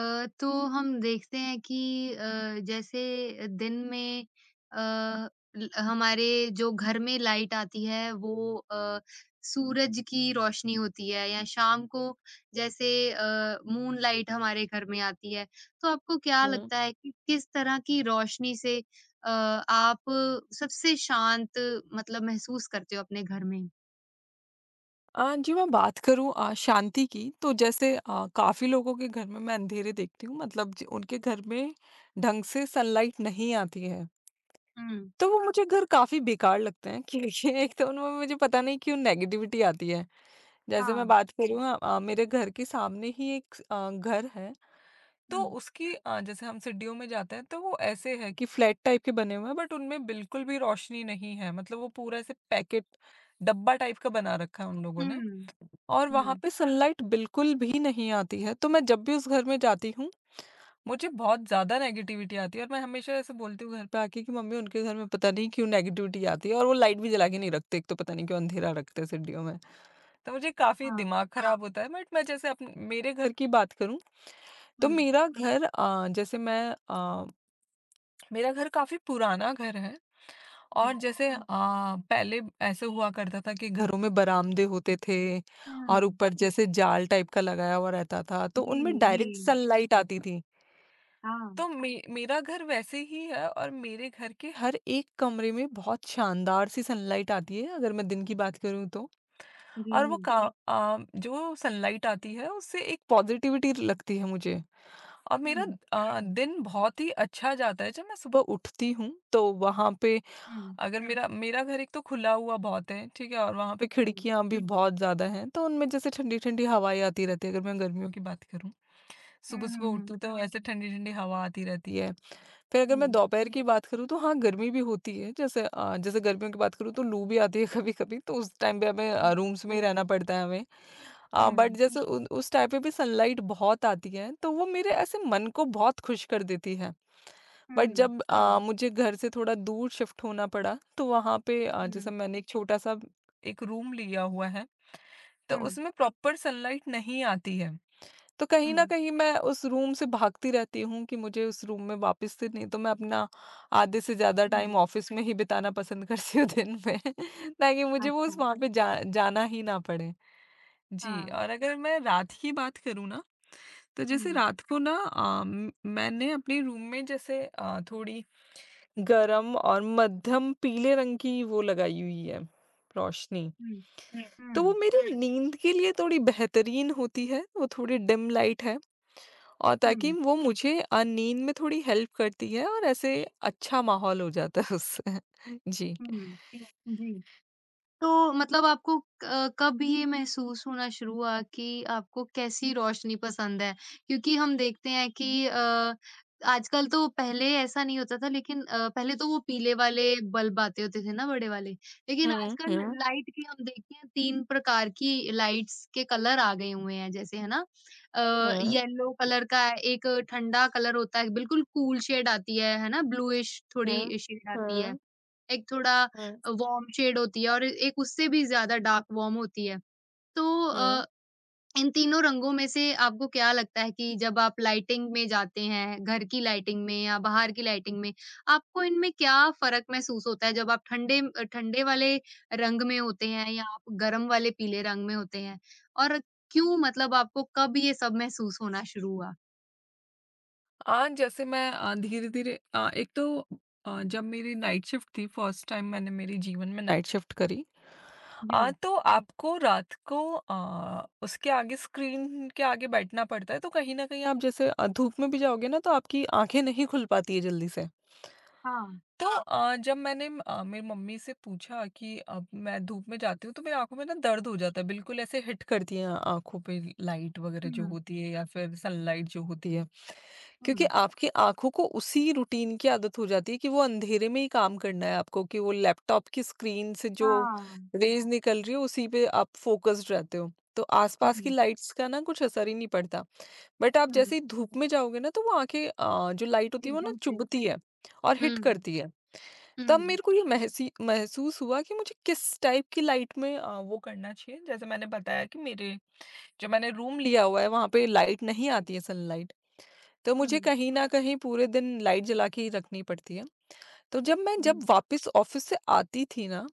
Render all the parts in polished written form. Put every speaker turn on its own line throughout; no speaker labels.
तो हम देखते हैं कि जैसे दिन में अ, हमारे जो घर में लाइट आती है, वो अ, सूरज की रोशनी होती है या शाम को जैसे मून लाइट हमारे घर में आती है। तो आपको क्या
हुँ।
लगता है कि किस तरह की रोशनी से आप सबसे शांत मतलब महसूस करते हो अपने घर में।
जी, मैं बात करूँ शांति की, तो जैसे काफ़ी लोगों के घर में मैं अंधेरे देखती हूँ, मतलब ज उनके घर में ढंग से सनलाइट नहीं आती है।
हम्म।
तो वो मुझे घर काफ़ी बेकार लगते हैं, क्योंकि एक तो उनमें मुझे पता नहीं क्यों नेगेटिविटी आती है। जैसे मैं
हाँ।
बात करूँ, मेरे घर के सामने ही एक घर है, तो
हम्म।
उसकी, जैसे हम सीढ़ियों में जाते हैं, तो वो ऐसे है कि फ्लैट टाइप के बने हुए हैं, बट उनमें बिल्कुल भी रोशनी नहीं है। मतलब वो पूरा ऐसे पैकेट डब्बा टाइप का बना रखा है उन लोगों ने।
हम्म।
और वहाँ
हम्म।
पे सनलाइट बिल्कुल भी नहीं आती है, तो मैं जब भी उस घर में जाती हूँ, मुझे बहुत ज़्यादा नेगेटिविटी आती है, और मैं हमेशा ऐसे बोलती हूँ घर पे आके कि मम्मी, उनके घर में पता नहीं क्यों नेगेटिविटी आती है, और वो लाइट भी जला के नहीं रखते, एक तो पता नहीं क्यों अंधेरा रखते हैं सर्दियों में। तो मुझे काफ़ी
हाँ।
दिमाग, हाँ, खराब होता है। बट मैं, जैसे अपन मेरे घर की बात करूँ, तो
हम्म।
मेरा घर मेरा घर काफ़ी पुराना घर है। और
हम्म।
जैसे पहले ऐसे हुआ करता था कि घरों में बरामदे होते थे, और
हम्म।
ऊपर जैसे जाल टाइप का लगाया हुआ रहता था, तो
जी,
उनमें
जी।
डायरेक्ट सनलाइट आती थी।
हाँ,
तो मेरा घर वैसे ही है, और मेरे घर के हर एक कमरे में बहुत शानदार सी सनलाइट आती है, अगर मैं दिन की बात करूं तो। और वो
री।
जो सनलाइट आती है, उससे एक पॉजिटिविटी लगती है मुझे। और मेरा
हुँ,
दिन बहुत ही अच्छा जाता है, जब मैं सुबह उठती हूँ तो वहां पे।
हुँ,
अगर मेरा मेरा घर एक तो खुला हुआ बहुत है, ठीक है? और वहाँ पे
हुँ,
खिड़कियाँ भी बहुत ज़्यादा हैं, तो उनमें जैसे ठंडी-ठंडी हवाएँ आती रहती है, अगर मैं गर्मियों की बात करूँ।
हुँ,
सुबह-सुबह
हुँ,
उठती
हुँ,
हूँ, तो ऐसे ठंडी-ठंडी हवा आती रहती है। फिर अगर मैं
हुँ,
दोपहर की बात करूँ, तो हाँ, गर्मी भी होती है। जैसे गर्मियों की बात करूँ, तो लू भी आती है कभी-कभी, तो उस टाइम पे हमें,
हुँ,
रूम्स में ही रहना पड़ता है हमें। बट
हुँ,
जैसे, जी। उ उस टाइम पे भी सनलाइट बहुत आती है, तो वो मेरे ऐसे मन को बहुत खुश कर देती है। बट
हुँ,
जब मुझे घर से थोड़ा दूर शिफ्ट होना पड़ा, तो वहाँ पे
हुँ,
जैसे मैंने एक छोटा-सा एक रूम लिया हुआ है, तो
हुँ,
उसमें प्रॉपर सनलाइट नहीं आती है। तो कहीं
हुँ,
न कहीं मैं उस रूम से भागती रहती हूँ कि मुझे उस रूम में वापस से नहीं, तो मैं अपना आधे से ज़्यादा टाइम
हुँ।
ऑफ़िस में ही बिताना पसंद करती हूँ दिन में ताकि मुझे वो
अच्छा।
उस वहाँ पे जा जाना ही ना पड़े। जी,
हाँ।
और अगर मैं रात की बात करूँ ना, तो जैसे
हुँ,
रात को ना, मैंने अपने रूम में जैसे थोड़ी गरम और मध्यम पीले रंग की वो लगाई हुई है, रोशनी।
हुँ,
हुँ, तो वो
हुँ,
मेरी हुँ। नींद के लिए थोड़ी बेहतरीन होती है, वो थोड़ी डिम लाइट है, और ताकि
हुँ,
वो मुझे नींद में थोड़ी हेल्प करती है, और ऐसे अच्छा माहौल हो जाता है उससे। जी।
हुँ, जी। तो मतलब आपको कब ये महसूस होना शुरू हुआ कि आपको कैसी रोशनी पसंद है? क्योंकि हम देखते हैं कि आजकल तो पहले ऐसा नहीं होता था, लेकिन पहले तो वो पीले वाले बल्ब आते होते थे ना, बड़े वाले। लेकिन
हुँ,
आजकल
हुँ,
लाइट की हम देखते हैं 3 प्रकार की लाइट्स के कलर आ गए हुए हैं, जैसे है ना। अ,
हुँ,
येलो कलर का है, एक ठंडा कलर होता है, बिल्कुल कूल शेड आती है ना? ब्लूइश
हुँ,
थोड़ी शेड आती है।
हुँ,
एक थोड़ा
हुँ,
वार्म शेड होती है और एक उससे भी ज़्यादा डार्क वार्म होती है। तो
हुँ।
अ, इन तीनों रंगों में से आपको क्या लगता है कि जब आप लाइटिंग में जाते हैं, घर की लाइटिंग में या बाहर की लाइटिंग में, आपको इनमें क्या फ़र्क महसूस होता है जब आप ठंडे वाले रंग में होते हैं या आप गरम वाले पीले रंग में होते हैं? और क्यों, मतलब आपको कब ये सब महसूस होना शुरू हुआ?
आज जैसे मैं धीरे-धीरे, एक तो जब मेरी नाइट शिफ्ट थी, फर्स्ट टाइम मैंने मेरे जीवन में नाइट शिफ्ट करी।
जी,
तो आपको रात को उसके आगे स्क्रीन के आगे बैठना पड़ता है, तो कहीं ना कहीं आप जैसे धूप में भी जाओगे ना, तो आपकी आंखें नहीं खुल पाती है जल्दी से।
हाँ,
तो हाँ। जब मैंने मेरी मम्मी से पूछा कि अब मैं धूप में जाती हूँ तो मेरी आँखों में ना दर्द हो जाता है, बिल्कुल ऐसे हिट करती है आँखों पे, लाइट वगैरह जो
हुँ,
होती है या फिर सनलाइट जो होती है। क्योंकि
हुँ,
आपकी आँखों को उसी रूटीन की आदत हो जाती है कि वो अंधेरे में ही काम करना है आपको, कि वो लैपटॉप की स्क्रीन से जो
हाँ,
रेज़ निकल रही है उसी पे आप फ़ोकस्ड रहते हो। तो आसपास की
हुँ,
लाइट्स का ना कुछ असर ही नहीं पड़ता। बट आप जैसे
हुँ,
ही धूप में जाओगे ना, तो वो आँखें, जो लाइट होती है वो ना
एकदम से।
चुभती है और हिट
हुँ,
करती है। तब
हुँ।
मेरे को ये महसी महसूस हुआ कि मुझे किस टाइप की लाइट में वो करना चाहिए। जैसे मैंने बताया कि मेरे जो मैंने रूम लिया हुआ है, वहाँ पे लाइट नहीं आती है, सनलाइट। तो मुझे
Mm,
कहीं न कहीं पूरे दिन लाइट जला के ही रखनी पड़ती है। तो जब
mm,
वापस ऑफ़िस से आती थी ना,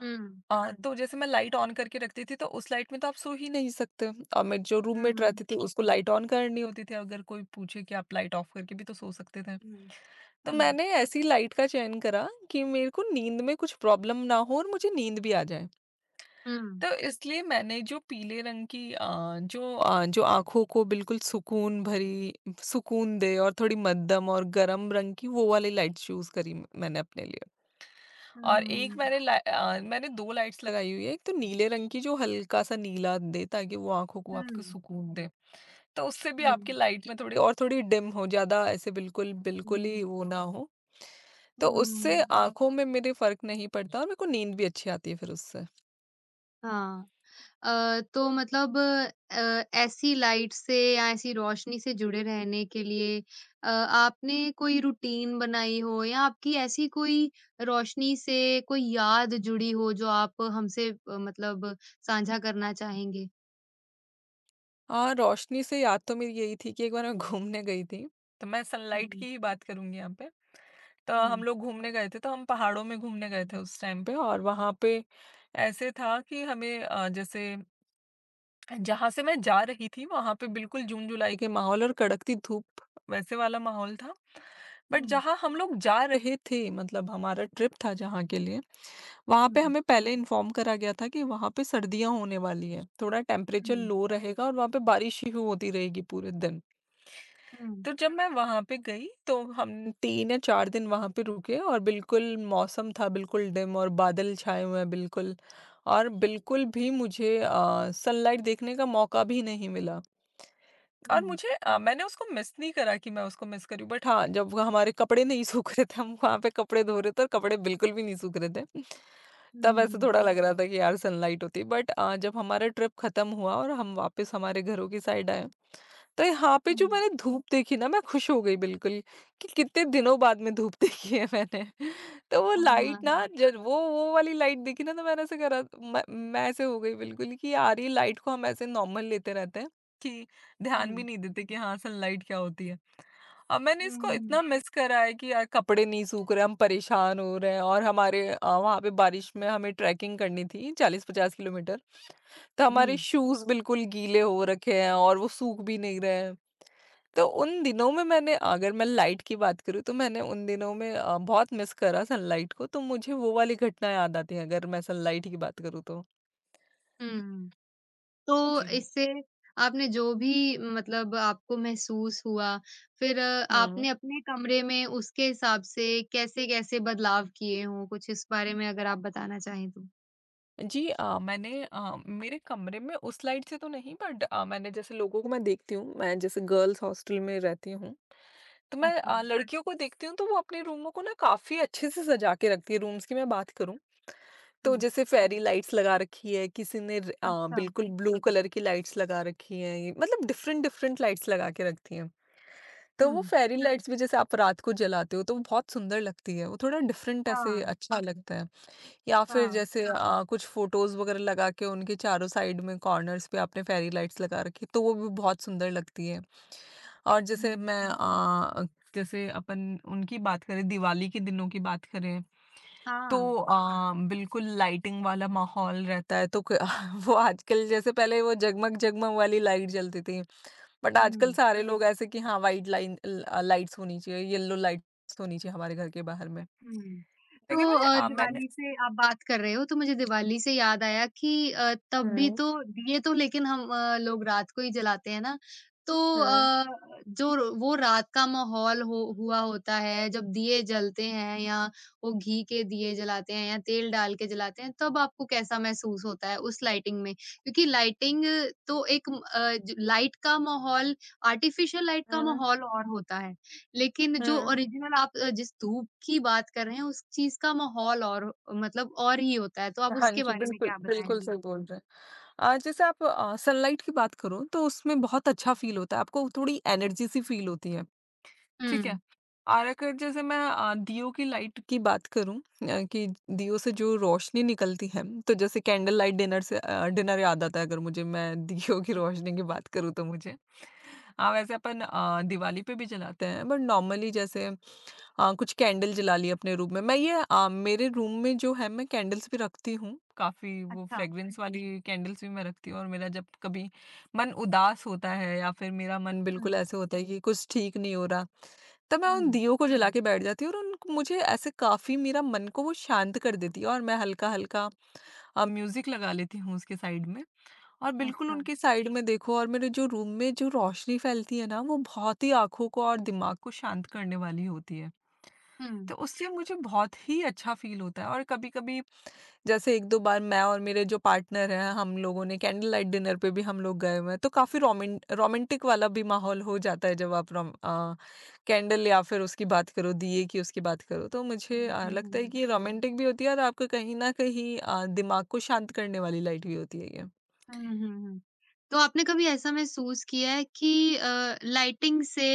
mm,
तो जैसे मैं लाइट ऑन करके रखती थी, तो उस लाइट में तो आप सो ही नहीं सकते। और मेरे जो रूममेट
mm,
रहते थे, उसको लाइट ऑन करनी होती थी। अगर कोई पूछे कि आप लाइट ऑफ़ करके भी तो सो सकते थे।
mm,
तो
mm,
मैंने ऐसी लाइट का चयन करा कि मेरे को नींद में कुछ प्रॉब्लम ना हो और मुझे नींद भी आ जाए।
mm,
तो इसलिए मैंने जो पीले रंग की, जो आँखों को बिल्कुल सुकून दे, और थोड़ी मध्यम और गर्म रंग की वो वाली लाइट चूज़ करी मैंने अपने लिए। और एक
हम्म,
मैंने 2 लाइट्स लगाई हुई है, एक तो नीले रंग की जो हल्का-सा नीला दे ताकि वो आँखों को आपको
हम्म,
सुकून दे। तो उससे भी आपकी
हम्म,
लाइट में थोड़ी, और थोड़ी डिम हो, ज़्यादा ऐसे बिल्कुल बिल्कुल ही
हम्म,
वो ना हो। तो उससे
हम्म,
आँखों में मेरे फ़र्क नहीं पड़ता, और मेरे को नींद भी अच्छी आती है फिर उससे।
हाँ। तो मतलब ऐसी लाइट से या ऐसी रोशनी से जुड़े रहने के लिए आपने कोई रूटीन बनाई हो या आपकी ऐसी कोई रोशनी से कोई याद जुड़ी हो जो आप हमसे मतलब साझा करना चाहेंगे?
और रोशनी से याद तो मेरी यही थी कि एक बार मैं घूमने गई थी, तो मैं
हुँ,
सनलाइट
हुँ,
की ही बात करूँगी यहाँ पे। तो हम
हुँ,
लोग घूमने गए थे, तो हम पहाड़ों में घूमने गए थे उस टाइम पे, और वहाँ पे ऐसे था कि हमें, जैसे जहाँ से मैं जा रही थी वहाँ पे बिल्कुल जून-जुलाई के माहौल और कड़कती धूप, वैसे वाला माहौल था। बट
हुँ,
जहाँ हम लोग जा रहे थे, मतलब हमारा ट्रिप था जहाँ के लिए, वहाँ पे
हुँ,
हमें पहले इन्फॉर्म करा गया था कि वहाँ पे सर्दियाँ होने वाली हैं। थोड़ा
हुँ,
टेम्परेचर
हुँ,
लो रहेगा और वहाँ पे बारिश ही होती रहेगी पूरे दिन।
हुँ,
तो जब मैं वहाँ पे गई, तो हम 3 या 4 दिन वहाँ पे रुके, और बिल्कुल मौसम था बिल्कुल डिम, और बादल छाए हुए हैं बिल्कुल, और बिल्कुल भी मुझे सनलाइट देखने का मौका भी नहीं मिला। और
हुँ,
मैंने उसको मिस नहीं करा कि मैं उसको मिस करी, बट हाँ, जब वो हमारे कपड़े नहीं सूख रहे थे, हम वहाँ पे कपड़े धो रहे थे और कपड़े बिल्कुल भी नहीं सूख रहे थे।
हुँ,
तब ऐसे
हुँ।
थोड़ा लग रहा था कि यार, सनलाइट होती, बट जब हमारा ट्रिप खत्म हुआ और हम वापस हमारे घरों की साइड आए, तो यहाँ पे जो
हुँ।
मैंने धूप देखी ना, मैं खुश हो गई बिल्कुल कि कितने दिनों बाद में धूप देखी है मैंने। तो वो
हाँ, हाँ,
लाइट ना,
हाँ।
जब वो वाली लाइट देखी ना, तो मैंने ऐसे करा। मैं मैं ऐसे हो गई बिल्कुल कि यार, ये लाइट को हम ऐसे नॉर्मल लेते रहते हैं कि ध्यान भी
हुँ।
नहीं देते कि हाँ, सनलाइट क्या होती है। अब मैंने इसको
हुँ,
इतना मिस करा है कि यार, कपड़े नहीं सूख रहे, हम परेशान हो रहे हैं, और हमारे वहाँ पे बारिश में हमें ट्रैकिंग करनी थी 40-50 किलोमीटर। तो हमारे
जी।
शूज़ बिल्कुल गीले हो रखे हैं और वो सूख भी नहीं रहे हैं। तो उन दिनों में मैंने, अगर मैं लाइट की बात करूँ, तो मैंने उन दिनों में बहुत मिस करा सनलाइट को, तो मुझे वो वाली घटना याद आती है अगर मैं सनलाइट की बात करूँ तो।
हुँ। हुँ। तो
जी।
इससे आपने जो भी, मतलब आपको महसूस हुआ, फिर
हुँ।
आपने अपने कमरे में उसके हिसाब से कैसे-कैसे बदलाव किए हों? कुछ इस बारे में अगर आप बताना चाहें तो?
जी, मैंने मेरे कमरे में उस लाइट से तो नहीं, बट मैंने जैसे लोगों को मैं देखती हूँ, मैं जैसे गर्ल्स हॉस्टल में रहती हूँ। तो मैं
अच्छा।
लड़कियों को देखती हूँ, तो वो अपने रूमों को ना काफ़ी अच्छे से सजा के रखती है, रूम्स की मैं बात करूँ, तो
हुँ।
जैसे फेयरी लाइट्स लगा रखी है, किसी ने
अच्छा।
बिल्कुल ब्लू कलर की लाइट्स लगा रखी हैं, मतलब डिफरेंट-डिफरेंट लाइट्स लगा के रखती हैं। तो वो
हुँ।
फेयरी लाइट्स भी जैसे आप रात को जलाते हो तो वो बहुत सुंदर लगती है, वो थोड़ा डिफरेंट
हाँ,
ऐसे
हाँ।
अच्छा लगता है। या फिर जैसे कुछ फ़ोटोज़ वगैरह लगा के उनके चारों साइड में कॉर्नर्स पे आपने फेरी लाइट्स लगा रखी, तो वो भी बहुत सुंदर लगती है। और जैसे
हुँ।
जैसे अपन उनकी बात करें, दिवाली के दिनों की बात करें, तो
हाँ।
बिल्कुल लाइटिंग वाला माहौल रहता है, तो क वो आजकल जैसे, पहले वो जगमग-जगमग वाली लाइट जलती थी, बट आजकल
हुँ।
सारे लोग ऐसे कि हाँ, व्हाइट लाइट्स होनी चाहिए, येलो लाइट्स होनी चाहिए हमारे घर के बाहर में।
हुँ। तो
लेकिन मैं अ, मैंने
दिवाली से आप बात कर रहे हो तो मुझे दिवाली से याद आया कि तब भी
हुँ।
तो दिए तो, लेकिन हम लोग रात को ही जलाते हैं ना। तो
हाँ।
अ, जो र वो रात का माहौल हो हुआ होता है जब दिए जलते हैं या वो घी के दिए जलाते हैं या तेल डाल के जलाते हैं, तब आपको कैसा महसूस होता है उस लाइटिंग में? क्योंकि लाइटिंग तो एक म अ, ज लाइट का माहौल, आर्टिफ़िशियल लाइट का
हुँ।
माहौल और होता है। लेकिन जो
हुँ।
ओरिजिनल आप जिस धूप की बात कर रहे हैं, उस चीज़ का माहौल और मतलब और ही होता है, तो आप
हाँ
उसके
जी,
बारे में
बिल्कुल,
क्या
बिल्कुल
बताएँगे?
सही बोल रहे हैं। जैसे आप सनलाइट की बात करो तो उसमें बहुत अच्छा फ़ील होता है, आपको थोड़ी एनर्जी सी फ़ील होती है, ठीक है?
हुँ,
और अगर जैसे मैं दियों की लाइट की बात करूँ कि दियों से जो रोशनी निकलती है, तो जैसे कैंडल लाइट डिनर से डिनर याद आता है अगर मुझे मैं दियों की
हुँ,
रोशनी की बात करूँ तो मुझे। हाँ, वैसे अपन दिवाली पे भी जलाते हैं बट नॉर्मली जैसे कुछ कैंडल जला ली अपने रूम में मैं मेरे रूम में जो है मैं कैंडल्स भी रखती हूँ काफी वो
अच्छा,
फ्रेग्रेंस वाली कैंडल्स भी मैं रखती हूँ और मेरा जब कभी मन उदास होता है या फिर मेरा मन बिल्कुल
हुँ,
ऐसे होता है कि कुछ ठीक नहीं हो रहा। तो मैं उन
हुँ,
दियों को जला के बैठ जाती हूँ और उन मुझे ऐसे काफी मेरा मन को वो शांत कर देती है और मैं हल्का हल्का म्यूजिक लगा लेती हूँ उसके साइड में और बिल्कुल
अच्छा,
उनकी साइड में देखो और मेरे जो रूम में जो रोशनी फैलती है ना, वो बहुत ही आँखों को और दिमाग को शांत करने वाली होती है। तो
हुँ,
उससे मुझे बहुत ही अच्छा फ़ील होता है और कभी-कभी जैसे 1-2 बार मैं और मेरे जो पार्टनर हैं, हम लोगों ने कैंडल लाइट डिनर पे भी हम लोग गए हुए हैं। तो काफ़ी रोमेन रोमांटिक वाला भी माहौल हो जाता है जब आप कैंडल या फिर उसकी बात करो, दिए की उसकी बात करो। तो मुझे
हुँ,
अ,
हुँ,
लगता है
हुँ।
कि ये रोमांटिक भी होती है और आपको कहीं न कहीं दिमाग को शांत करने वाली लाइट भी होती है ये।
हुँ, हुँ, हुँ। तो आपने कभी ऐसा महसूस किया है कि लाइटिंग से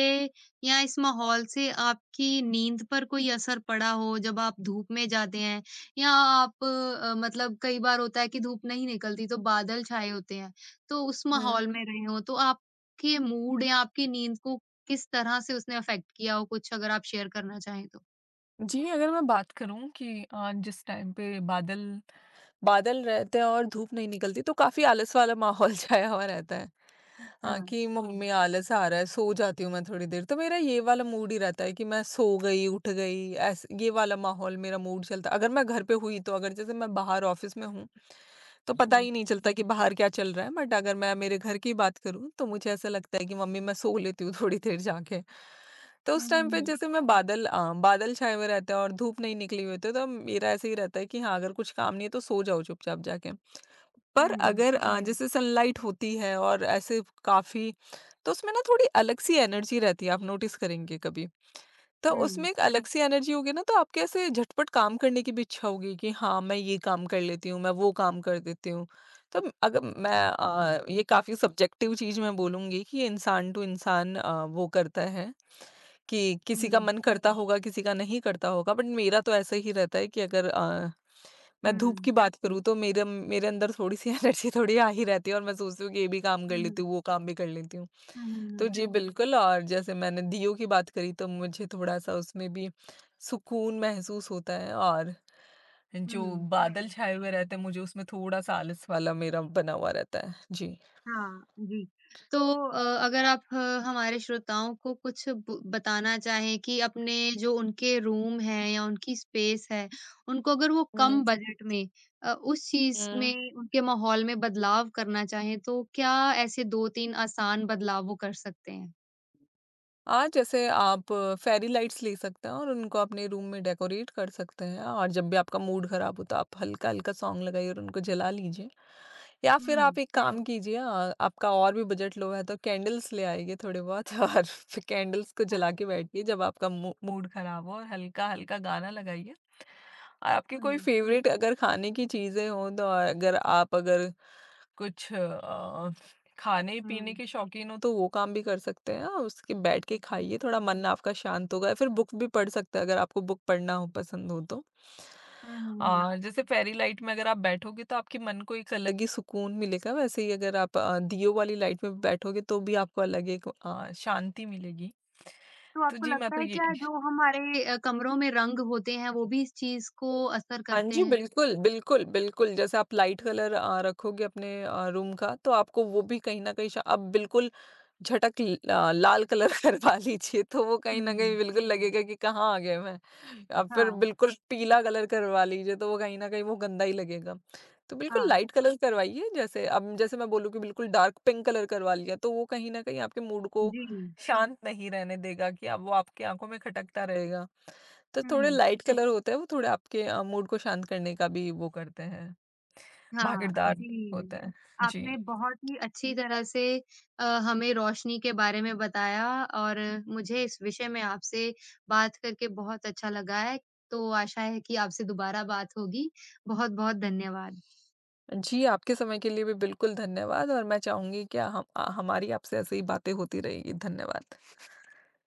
या इस माहौल से आपकी नींद पर कोई असर पड़ा हो जब आप धूप में जाते हैं या आप मतलब कई बार होता है कि धूप नहीं निकलती तो बादल छाए होते हैं, तो उस
हुँ।
माहौल में रहे हों तो आपके मूड या आपकी नींद को किस तरह से उसने अफ़ेक्ट किया हो? कुछ अगर आप शेयर करना चाहें तो?
जी, अगर मैं बात करूँ कि जिस टाइम पे बादल बादल रहते हैं और धूप नहीं निकलती, तो काफ़ी आलस वाला माहौल छाया हुआ रहता है। हाँ,
हाँ,
कि मम्मी आलस आ रहा है, सो जाती हूँ मैं थोड़ी देर। तो मेरा ये वाला मूड ही रहता है कि मैं सो गई, उठ गई, ऐस ये वाला माहौल मेरा मूड चलता अगर मैं घर पे हुई। तो अगर जैसे मैं बाहर ऑफ़िस में हूँ, तो पता
हुँ।
ही नहीं चलता कि बाहर क्या चल रहा है। बट अगर मैं मेरे घर की बात करूँ, तो मुझे ऐसा लगता है कि मम्मी मैं सो लेती हूँ थोड़ी देर जाके। तो
हुँ,
उस
हुँ,
टाइम पे
हुँ।
जैसे मैं बादल छाए हुए रहते हैं और धूप नहीं निकली हुई होती है, तो मेरा ऐसे ही रहता है कि हाँ, अगर कुछ काम नहीं है तो सो जाओ चुपचाप जाके। पर
हुँ,
अगर जैसे सनलाइट होती है और ऐसे काफ़ी तो उसमें ना थोड़ी अलग सी एनर्जी रहती है, आप नोटिस करेंगे कभी। तो
हुँ,
उसमें एक अलग हुँ। सी एनर्जी होगी ना तो आपके ऐसे झटपट काम करने की भी इच्छा होगी कि हाँ, मैं ये काम कर लेती हूँ, मैं वो काम कर देती हूँ। तो अगर मैं ये काफ़ी सब्जेक्टिव चीज़ मैं बोलूँगी कि ये इंसान टू इंसान वो करता है। कि किसी का
हुँ,
मन करता होगा, किसी का नहीं करता होगा, बट मेरा तो ऐसा ही रहता है कि अगर मैं धूप
हुँ,
की बात करूँ तो मेरे मेरे अंदर थोड़ी-सी एनर्जी थोड़ी आ ही रहती है और मैं सोचती हूँ कि ये भी काम कर
हुँ,
लेती
हुँ,
हूँ, वो काम भी कर लेती हूँ।
हुँ,
तो
हुँ,
जी, बिल्कुल। और जैसे मैंने दीयों की बात करी तो मुझे थोड़ा-सा उसमें भी सुकून महसूस होता है। और जो
हुँ।
बादल छाए हुए रहते हैं, मुझे उसमें थोड़ा-सा आलस वाला मेरा बना हुआ रहता है। जी।
हाँ, जी। तो अ, अगर आप हमारे श्रोताओं को कुछ ब बताना चाहें कि अपने जो उनके रूम हैं या उनकी स्पेस है, उनको अगर वो कम
हुँ,
बजट में उस चीज़
हुँ।
में उनके माहौल में बदलाव करना चाहें, तो क्या ऐसे 2-3 आसान बदलाव वो कर सकते हैं?
हाँ, जैसे आप फेरी लाइट्स ले सकते हैं और उनको अपने रूम में डेकोरेट कर सकते हैं और जब भी आपका मूड खराब हो तो आप हल्का-हल्का सॉन्ग लगाइए और उनको जला लीजिए। या फिर आप
हुँ,
एक काम कीजिए, आपका और भी बजट लो है तो कैंडल्स ले आइए थोड़े बहुत और फिर कैंडल्स को
हाँ।
जला के बैठिए जब आपका मू मूड खराब हो और हल्का-हल्का गाना लगाइए। और आपकी कोई
हुँ,
फेवरेट अगर खाने की चीज़ें हों तो अगर आप अगर कुछ अ खाने-पीने
हुँ,
के शौकीन हो तो वो काम भी कर सकते हैं आप, उसके बैठ के
हुँ।
खाइए, थोड़ा मन आपका शांत होगा या फिर बुक भी पढ़ सकते हैं अगर आपको बुक पढ़ना हो पसंद हो तो।
हुँ, हुँ, हुँ।
जैसे फेरी लाइट में अगर आप बैठोगे तो आपके मन को एक अलग ही सुकून मिलेगा, वैसे ही अगर आप दियों वाली लाइट में बैठोगे तो भी आपको अलग एक शांति मिलेगी।
तो
तो
आपको
जी, मैं
लगता
तो
है
ये
क्या जो हमारे कमरों में रंग होते हैं, वो भी इस चीज़ को असर
हाँ
करते
जी,
हैं?
बिल्कुल, बिल्कुल, बिल्कुल। जैसे आप लाइट कलर रखोगे अपने रूम का तो आपको वो भी कहीं न कहीं श अब बिल्कुल झटक ल लाल कलर करवा लीजिए तो वो कहीं न कहीं
हुँ,
बिल्कुल लगेगा कि कहाँ आ गए मैं। या फिर
हाँ,
बिल्कुल पीला कलर करवा लीजिए तो वो कहीं न कहीं वो गंदा ही लगेगा। तो बिल्कुल
हाँ।
लाइट कलर करवाइए जैसे अब जैसे मैं बोलूँ कि बिल्कुल डार्क पिंक कलर करवा लिया तो वो कहीं न कहीं आपके मूड को
जी,
शांत नहीं रहने देगा कि अब वो आपकी आँखों में खटकता रहेगा। तो थोड़े
हुँ,
लाइट जी। कलर होते हैं वो थोड़े आपके मूड को शांत करने का भी वो करते हैं।
हाँ,
भागीदार होते
जी।
हैं। जी।
आपने बहुत ही अच्छी तरह से अ, हमें रोशनी के बारे में बताया, और मुझे इस विषय में आपसे बात करके बहुत अच्छा लगा है, तो आशा है कि आपसे दोबारा बात होगी। बहुत-बहुत धन्यवाद।
जी, आपके समय के लिए भी बिल्कुल धन्यवाद और मैं चाहूँगी क्या हमारी आपसे ऐसे ही बातें होती रहेगी। धन्यवाद।